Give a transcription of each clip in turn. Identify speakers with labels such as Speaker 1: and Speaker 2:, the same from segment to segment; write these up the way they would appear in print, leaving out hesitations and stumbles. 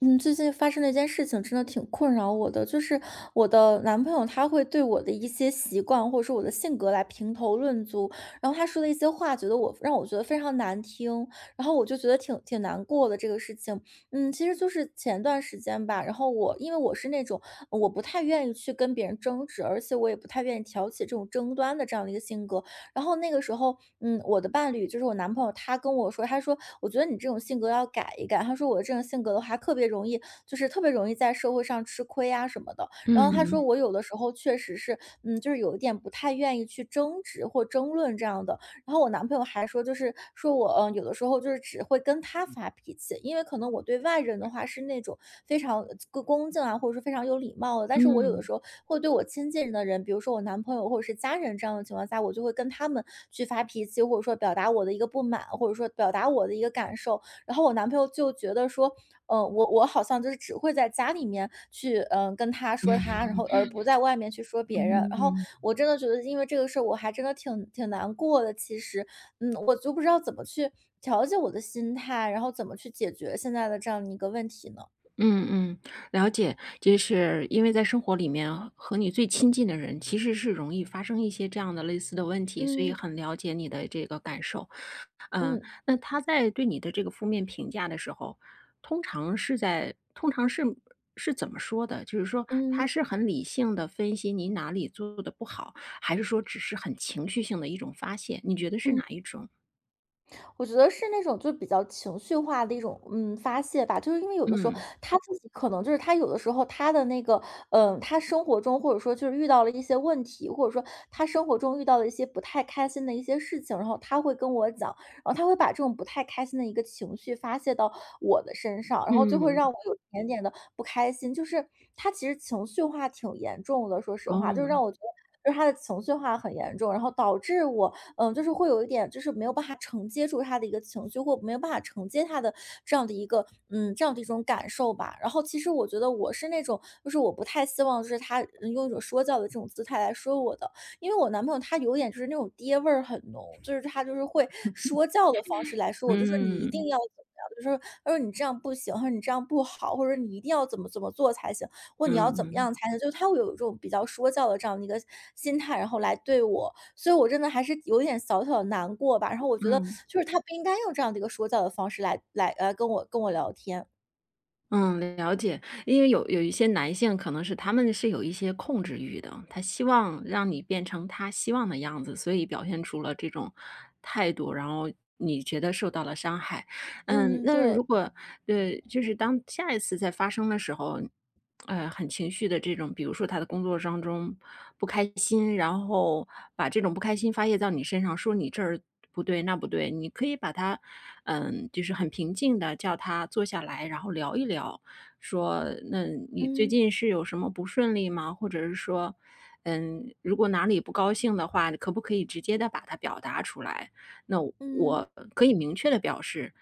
Speaker 1: 嗯，最近发生了一件事情，真的挺困扰我的，就是我的男朋友他会对我的一些习惯或者说我的性格来评头论足，然后他说的一些话，觉得我让我觉得非常难听，然后我就觉得挺难过的这个事情。其实就是前段时间吧，然后因为我是那种我不太愿意去跟别人争执，而且我也不太愿意挑起这种争端的这样的一个性格，然后那个时候，我的伴侣就是我男朋友，他跟我说，他说我觉得你这种性格要改一改，他说我这种性格的话特别容易，就是特别容易在社会上吃亏啊什么的。然后他说
Speaker 2: 嗯，
Speaker 1: 我有的时候确实是，就是有一点不太愿意去争执或争论这样的，然后我男朋友还说，就是说我，有的时候就是只会跟他发脾气，因为可能我对外人的话是那种非常恭恭敬啊，或者说非常有礼貌的，但是我有的
Speaker 2: 嗯，
Speaker 1: 时候会对我亲近的人，比如说我男朋友或者是家人这样的情况下，我就会跟他们去发脾气，或者说表达我的一个不满，或者说表达我的一个感受。然后我男朋友就觉得说，我好像就是只会在家里面去，跟他说他，然后而不在外面去说别人。然后
Speaker 2: 嗯，
Speaker 1: 我真的觉得因为这个事儿，我还真的挺难过的，其实。我就不知道怎么去调节我的心态，然后怎么去解决现在的这样一个问题呢？
Speaker 2: 嗯嗯，了解。就是因为在生活里面和你最亲近的人，其实是容易发生一些这样的类似的问题，所以
Speaker 1: 嗯。
Speaker 2: 很了解你的这个感受。
Speaker 1: 嗯。
Speaker 2: 那他在对你的这个负面评价的时候，通常是怎么说的？就是说他
Speaker 1: 嗯。
Speaker 2: 是很理性的分析你哪里做的不好，还是说只是很情绪性的一种发泄？你觉得是
Speaker 1: 嗯。
Speaker 2: 哪一种？
Speaker 1: 我觉得是那种就比较情绪化的一种，发泄吧。就是因为有的时候
Speaker 2: 嗯，
Speaker 1: 他自己可能就是他有的时候他的那个，他生活中或者说就是遇到了一些问题，或者说他生活中遇到了一些不太开心的一些事情，然后他会跟我讲，然后他会把这种不太开心的一个情绪发泄到我的身上，然后就会
Speaker 2: 嗯，
Speaker 1: 让我有一点点的不开心。就是他其实情绪化挺严重的，说实话，就让
Speaker 2: 哦，
Speaker 1: 我觉得。就是他的情绪化很严重，然后导致我就是会有一点，就是没有办法承接住他的一个情绪，或没有办法承接他的这样的一个，这样的一种感受吧。然后其实我觉得我是那种，就是我不太希望就是他用一种说教的这种姿态来说我的，因为我男朋友他有点就是那种爹味儿很浓，就是他就是会说教的方式来说我，就说你一定
Speaker 2: 嗯，
Speaker 1: 要怎么样，就是他说你这样不行，他说你这样不好，或者你一定要怎么怎么做才行。或你要
Speaker 2: 嗯
Speaker 1: 怎么
Speaker 2: 嗯。
Speaker 1: 样才能就他会有一种比较说教的这样的一个心态，然后来对我，所以我真的还是有一点小小的难过吧。然后我觉得
Speaker 2: 嗯
Speaker 1: 就是他不应该用这样的一个说教的方式来跟我聊天。
Speaker 2: 嗯，了解。因为有一些男性可能是他们是有一些控制欲的，他希望让你变成他希望的样子，所以表现出了这种态度，然后你觉得受到了伤害。嗯，
Speaker 1: 嗯。
Speaker 2: 那
Speaker 1: 对。
Speaker 2: 如果就是当下一次再发生的时候，很情绪的这种，比如说他的工作当中不开心，然后把这种不开心发泄到你身上，说你这儿不对那不对，你可以把他，就是很平静的叫他坐下来，然后聊一聊，说那你最
Speaker 1: 嗯。
Speaker 2: 近是有什么不顺利吗？或者是说，嗯，如果哪里不高兴的话，可不可以直接的把它表达出来？那
Speaker 1: 嗯。
Speaker 2: 我可以明确的表示。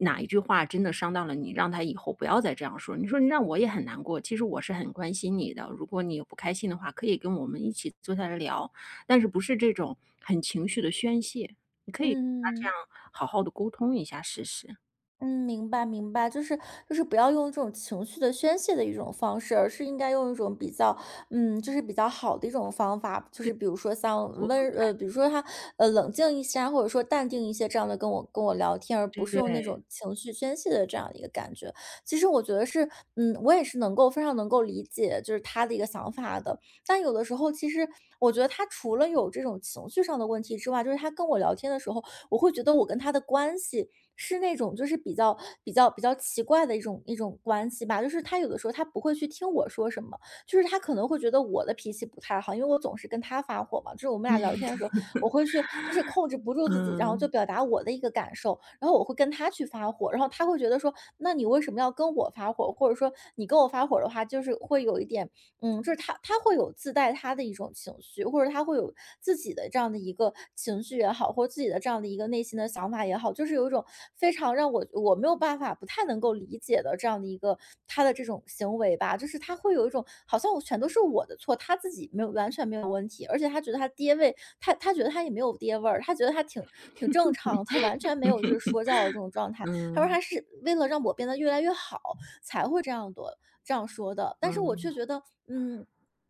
Speaker 2: 哪一句话真的伤到了你，让他以后不要再这样说。你说你让我也很难过，其实我是很关心你的，如果你有不开心的话，可以跟我们一起坐下来聊，但是不是这种很情绪的宣泄，你可以跟他这
Speaker 1: 嗯。
Speaker 2: 样好好的沟通一下试试。
Speaker 1: 嗯，明白明白，就是不要用这种情绪的宣泄的一种方式，而是应该用一种比较，就是比较好的一种方法，就
Speaker 2: 对，
Speaker 1: 是比如说像
Speaker 2: 我
Speaker 1: 温，比如说他，冷静一些啊，或者说淡定一些，这样的跟我聊天，而不是用那
Speaker 2: 对，
Speaker 1: 种情绪宣泄的这样的一个感觉。其实我觉得是，我也是能够非常能够理解，就是他的一个想法的。但有的时候，其实我觉得他除了有这种情绪上的问题之外，就是他跟我聊天的时候，我会觉得我跟他的关系。是那种就是比较奇怪的一种关系吧。就是他有的时候他不会去听我说什么，就是他可能会觉得我的脾气不太好，因为我总是跟他发火嘛。就是我们俩聊天的时候，我会去就是控制不住自己，然后就
Speaker 2: 嗯，
Speaker 1: 表达我的一个感受，然后我会跟他去发火，然后他会觉得说，那你为什么要跟我发火？或者说你跟我发火的话，就是会有一点就是他会有自带他的一种情绪，或者他会有自己的这样的一个情绪也好，或者自己的这样的一个内心的想法也好，就是有一种非常让我没有办法不太能够理解的这样的一个他的这种行为吧，就是他会有一种好像我全都是我的错，他自己没有完全没有问题，而且他觉得他爹味，他觉得他也没有爹味儿，他觉得他挺正常的，完全没有就是说教的这种状态，他说
Speaker 2: 嗯，
Speaker 1: 他是为了让我变得越来越好，才会这样的这样说的。但是我却
Speaker 2: 嗯，
Speaker 1: 觉得，嗯，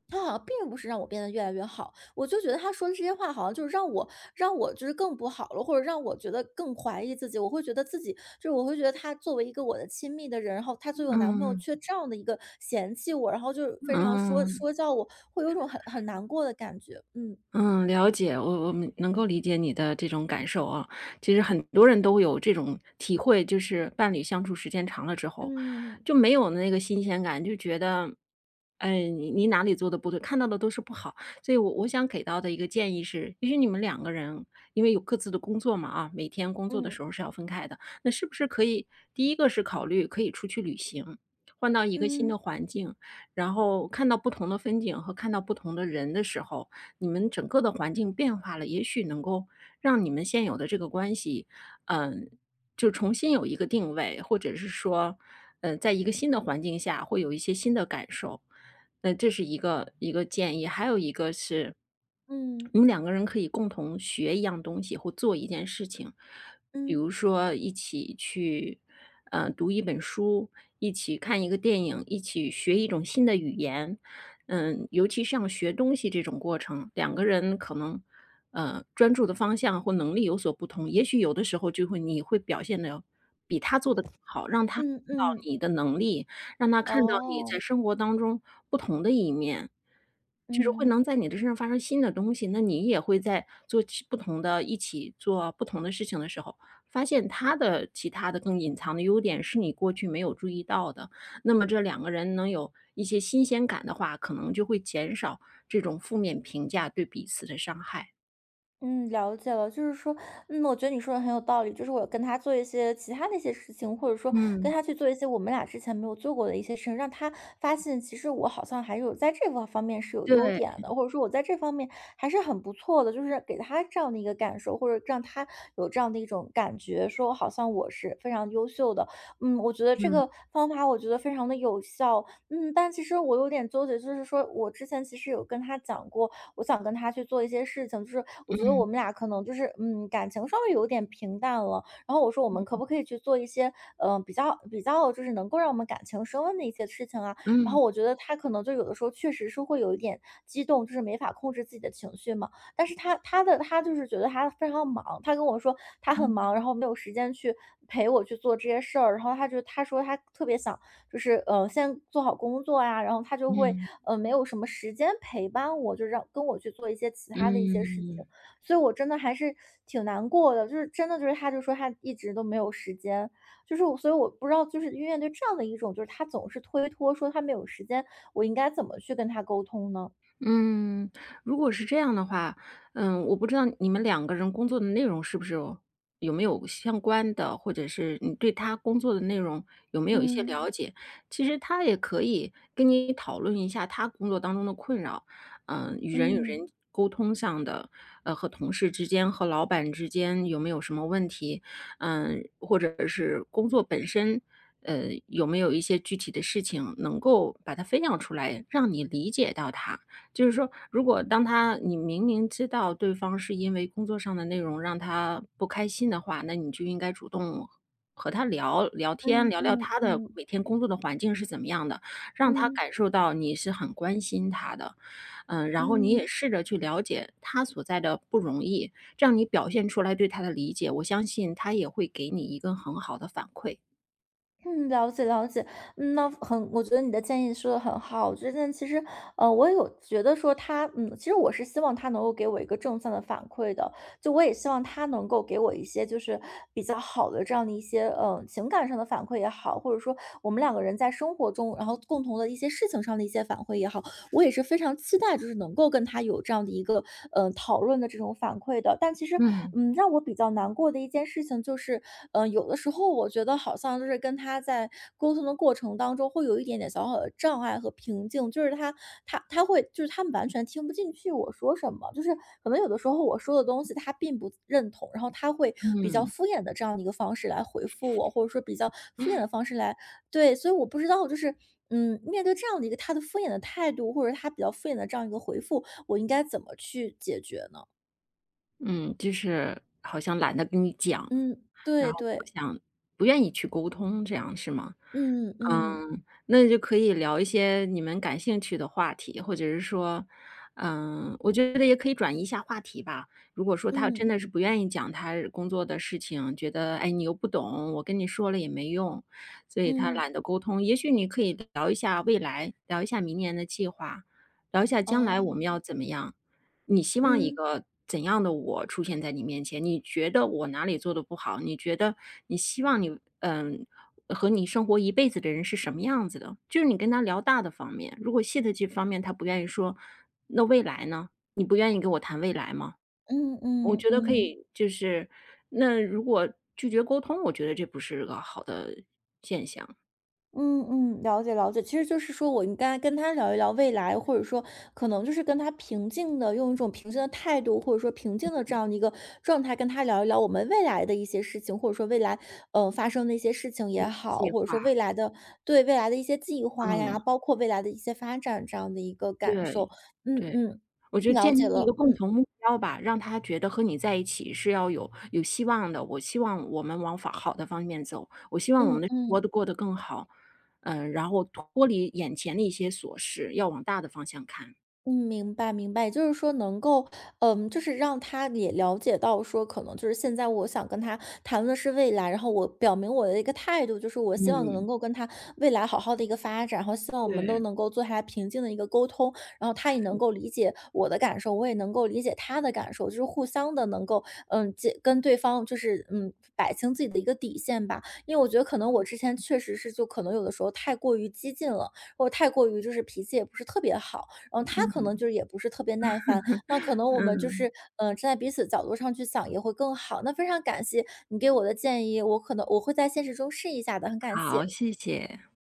Speaker 1: 他好像并不是让我变得越来越好，我就觉得他说的这些话好像就是让我就是更不好了，或者让我觉得更怀疑自己。我会觉得自己就是我会觉得他作为一个我的亲密的人，然后他作为我男朋友
Speaker 2: 嗯，
Speaker 1: 却这样的一个嫌弃我，然后就是非常
Speaker 2: 嗯。
Speaker 1: 说教我，会有一种很难过的感觉。嗯。
Speaker 2: 嗯，了解，我们能够理解你的这种感受啊。其实很多人都有这种体会，就是伴侣相处时间长了之后，
Speaker 1: 嗯。
Speaker 2: 就没有那个新鲜感，就觉得，哎，你哪里做的不对，看到的都是不好。所以我想给到的一个建议是，也许你们两个人因为有各自的工作嘛啊，每天工作的
Speaker 1: 嗯。
Speaker 2: 时候是要分开的，那是不是可以第一个是考虑可以出去旅行，换到一个新的
Speaker 1: 嗯。
Speaker 2: 环境，然后看到不同的风景和看到不同的人的时候。你们整个的环境变化了，也许能够让你们现有的这个关系，嗯，就重新有一个定位，或者是说，在一个新的环境下会有一些新的感受。呃，这是一个建议，还有一个是，
Speaker 1: 嗯。
Speaker 2: 你们两个人可以共同学一样东西或做一件事情，比
Speaker 1: 嗯。
Speaker 2: 如说一起去，嗯，读一本书，一起看一个电影，一起学一种新的语言，嗯，尤其像学东西这种过程，两个人可能，专注的方向或能力有所不同，也许有的时候就会你会表现的比他做的好，让他看
Speaker 1: 嗯。嗯。
Speaker 2: 到
Speaker 1: 嗯。
Speaker 2: 你的能力，让他看到你
Speaker 1: 哦。
Speaker 2: 在生活当中不同的一面，就是会
Speaker 1: 嗯。
Speaker 2: 能在你的身上发生新的东西。那你也会在做其不同的一起做不同的事情的时候，发现他的其他的更隐藏的优点是你过去没有注意到的。那么这两个人能有一些新鲜感的话，可能就会减少这种负面评价对彼此的伤害。
Speaker 1: 嗯，了解了，就是说，我觉得你说的很有道理，就是我跟他做一些其他的一些事情，或者说跟
Speaker 2: 嗯，
Speaker 1: 他去做一些我们俩之前没有做过的一些事情，让他发现其实我好像还是有在这个方面是有优
Speaker 2: 对，
Speaker 1: 点的，或者说我在这方面还是很不错的，就是给他这样的一个感受，或者让他有这样的一种感觉，说好像我是非常优秀的。我觉得这
Speaker 2: 嗯，
Speaker 1: 个方法我觉得非常的有效，但其实我有点纠结，就是说我之前其实有跟他讲过，我想跟他去做一些事情，就是我觉得我们俩可能就是感情稍微有点平淡了。然后我说我们可
Speaker 2: 嗯，
Speaker 1: 不可以去做一些比较就是能够让我们感情升温的一些事情啊？然后
Speaker 2: 嗯，
Speaker 1: 我觉得他可能就有的时候确实是会有一点激动，就是没法控制自己的情绪嘛。但是他就是觉得他非常忙，他跟我说他很
Speaker 2: 嗯，
Speaker 1: 忙，然后没有时间去陪我去做这些事儿。然后他说他特别想就是先做好工作呀，然后他就会
Speaker 2: 嗯，
Speaker 1: 没有什么时间陪伴我，就让跟我去做一些其他的一些事情，
Speaker 2: 嗯
Speaker 1: 所以我真的还是挺难过的，就是真的就是他就说他一直都没有时间，就是我所以我不知道就是面对这样的一种就是他总是推脱说他没有时间，我应该怎么去跟他沟通呢？
Speaker 2: 嗯。如果是这样的话，嗯，我不知道你们两个人工作的内容是不是有有没有相关的，或者是你对他工作的内容有没有一些
Speaker 1: 嗯。
Speaker 2: 了解？其实他也可以跟你讨论一下他工作当中的困扰，嗯，与人
Speaker 1: 嗯。
Speaker 2: 沟通上的，和同事之间、和老板之间有没有什么问题？嗯，或者是工作本身。呃，有没有一些具体的事情能够把它分享出来，让你理解到他？就是说，如果当他你明明知道对方是因为工作上的内容让他不开心的话，那你就应该主动和他聊聊天，
Speaker 1: 嗯。
Speaker 2: 聊聊
Speaker 1: 嗯。
Speaker 2: 他的
Speaker 1: 嗯。
Speaker 2: 每天工作的环境是怎么样的，让他
Speaker 1: 嗯。
Speaker 2: 感受到你是很关心他的。嗯，然后你也
Speaker 1: 嗯。
Speaker 2: 试着去了解他所在的不容易，这样你表现出来对他的理解，我相信他也会给你一个很好的反馈。
Speaker 1: 嗯，了解了解，嗯，那我觉得你的建议说的很好。我最近其实，我有觉得说他，嗯，其实我是希望他能够给我一个正向的反馈的，就我也希望他能够给我一些就是比较好的这样的一些，嗯，情感上的反馈也好，或者说我们两个人在生活中，然后共同的一些事情上的一些反馈也好，我也是非常期待就是能够跟他有这样的一个，嗯，讨论的这种反馈的。但其实，
Speaker 2: 嗯
Speaker 1: 嗯，让我比较难过的一件事情就是，嗯，有的时候我觉得好像就是跟他在沟通的过程当中会有一点点小小的障碍和瓶颈，就是他会就是他们完全听不进去我说什么，就是可能有的时候我说的东西他并不认同，然后他会比较敷衍的这样的一个方式来回复我，或者说比较敷衍的方式来对，所以我不知道，就是，嗯，面对这样的一个他的敷衍的态度，或者他比较敷衍的这样一个回复，我应该怎么去解决呢？
Speaker 2: 嗯，就是好像懒得跟你讲。
Speaker 1: 嗯，
Speaker 2: 然
Speaker 1: 对
Speaker 2: 后不
Speaker 1: 对，
Speaker 2: 想不愿意去沟通，这样是吗？
Speaker 1: 嗯嗯
Speaker 2: 嗯，那就可以聊一些你们感兴趣的话题，或者是说，嗯，我觉得也可以转移一下话题吧。如果说他真
Speaker 1: 嗯
Speaker 2: 的是不愿意讲他工作的事情，觉得哎你又不懂，我跟你说了也没用，所以他
Speaker 1: 嗯，
Speaker 2: 懒得沟通。也许你可以聊一下未来，聊一下明年的计划，聊一下将来我们
Speaker 1: 哦，
Speaker 2: 要怎么样，你希望一
Speaker 1: 嗯
Speaker 2: 个怎样的我出现在你面前？你觉得我哪里做的不好？你觉得你希望你嗯、和你生活一辈子的人是什么样子的，就是你跟他聊大的方面，如果细的这方面他不愿意说，那未来呢？你不愿意跟我谈未来吗？
Speaker 1: 嗯
Speaker 2: 我
Speaker 1: 嗯嗯
Speaker 2: 觉得可
Speaker 1: 嗯
Speaker 2: 以，就是那如果拒绝沟通，我觉得这不是个好的现象。
Speaker 1: 嗯嗯，了解了解，其实就是说我应该跟他聊一聊未来，或者说可能就是跟他平静的，用一种平静的态度，或者说平静的这样的一个状态，跟他聊一聊我们未来的一些事情，或者说未来发生的一些事情也好，
Speaker 2: 计
Speaker 1: 或者说未
Speaker 2: 划，
Speaker 1: 来的对未来的一些计划呀，
Speaker 2: 嗯，
Speaker 1: 包括未来的一些发展这样的一个感
Speaker 2: 对
Speaker 1: 受。嗯
Speaker 2: 对。
Speaker 1: 嗯，
Speaker 2: 我就
Speaker 1: 了
Speaker 2: 建
Speaker 1: 解
Speaker 2: 立一
Speaker 1: 了，
Speaker 2: 个共
Speaker 1: 嗯
Speaker 2: 同目标吧，让他觉得和你在一起是要有希望的。我希望我们往法好的方面走，我希望我们
Speaker 1: 嗯
Speaker 2: 的生活
Speaker 1: 嗯。
Speaker 2: 都过得更好，嗯，然后脱离眼前的一些琐事，要往大的方向看。
Speaker 1: 嗯，明白明白，也就是说能够，嗯，就是让他也了解到说，可能就是现在我想跟他谈论的是未来，然后我表明我的一个态度，就是我希望能够跟他未来好好的一个发展，然后希望我们都
Speaker 2: 对。
Speaker 1: 能够坐下来平静的一个沟通，然后他也能够理解我的感受，我也能够理解他的感受，就是互相的能够，嗯，解跟对方就是嗯摆清自己的一个底线吧，因为我觉得可能我之前确实是就可能有的时候太过于激进了，或者太过于就是脾气也不是特别好。嗯，他可
Speaker 2: 嗯
Speaker 1: 能就是也不是特别耐烦，那可能我们就是
Speaker 2: 嗯，
Speaker 1: 站在彼此角度上去想也会更好。那非常感谢你给我的建议，我可能我会在现实中试一下的，很感谢。
Speaker 2: 好，谢谢。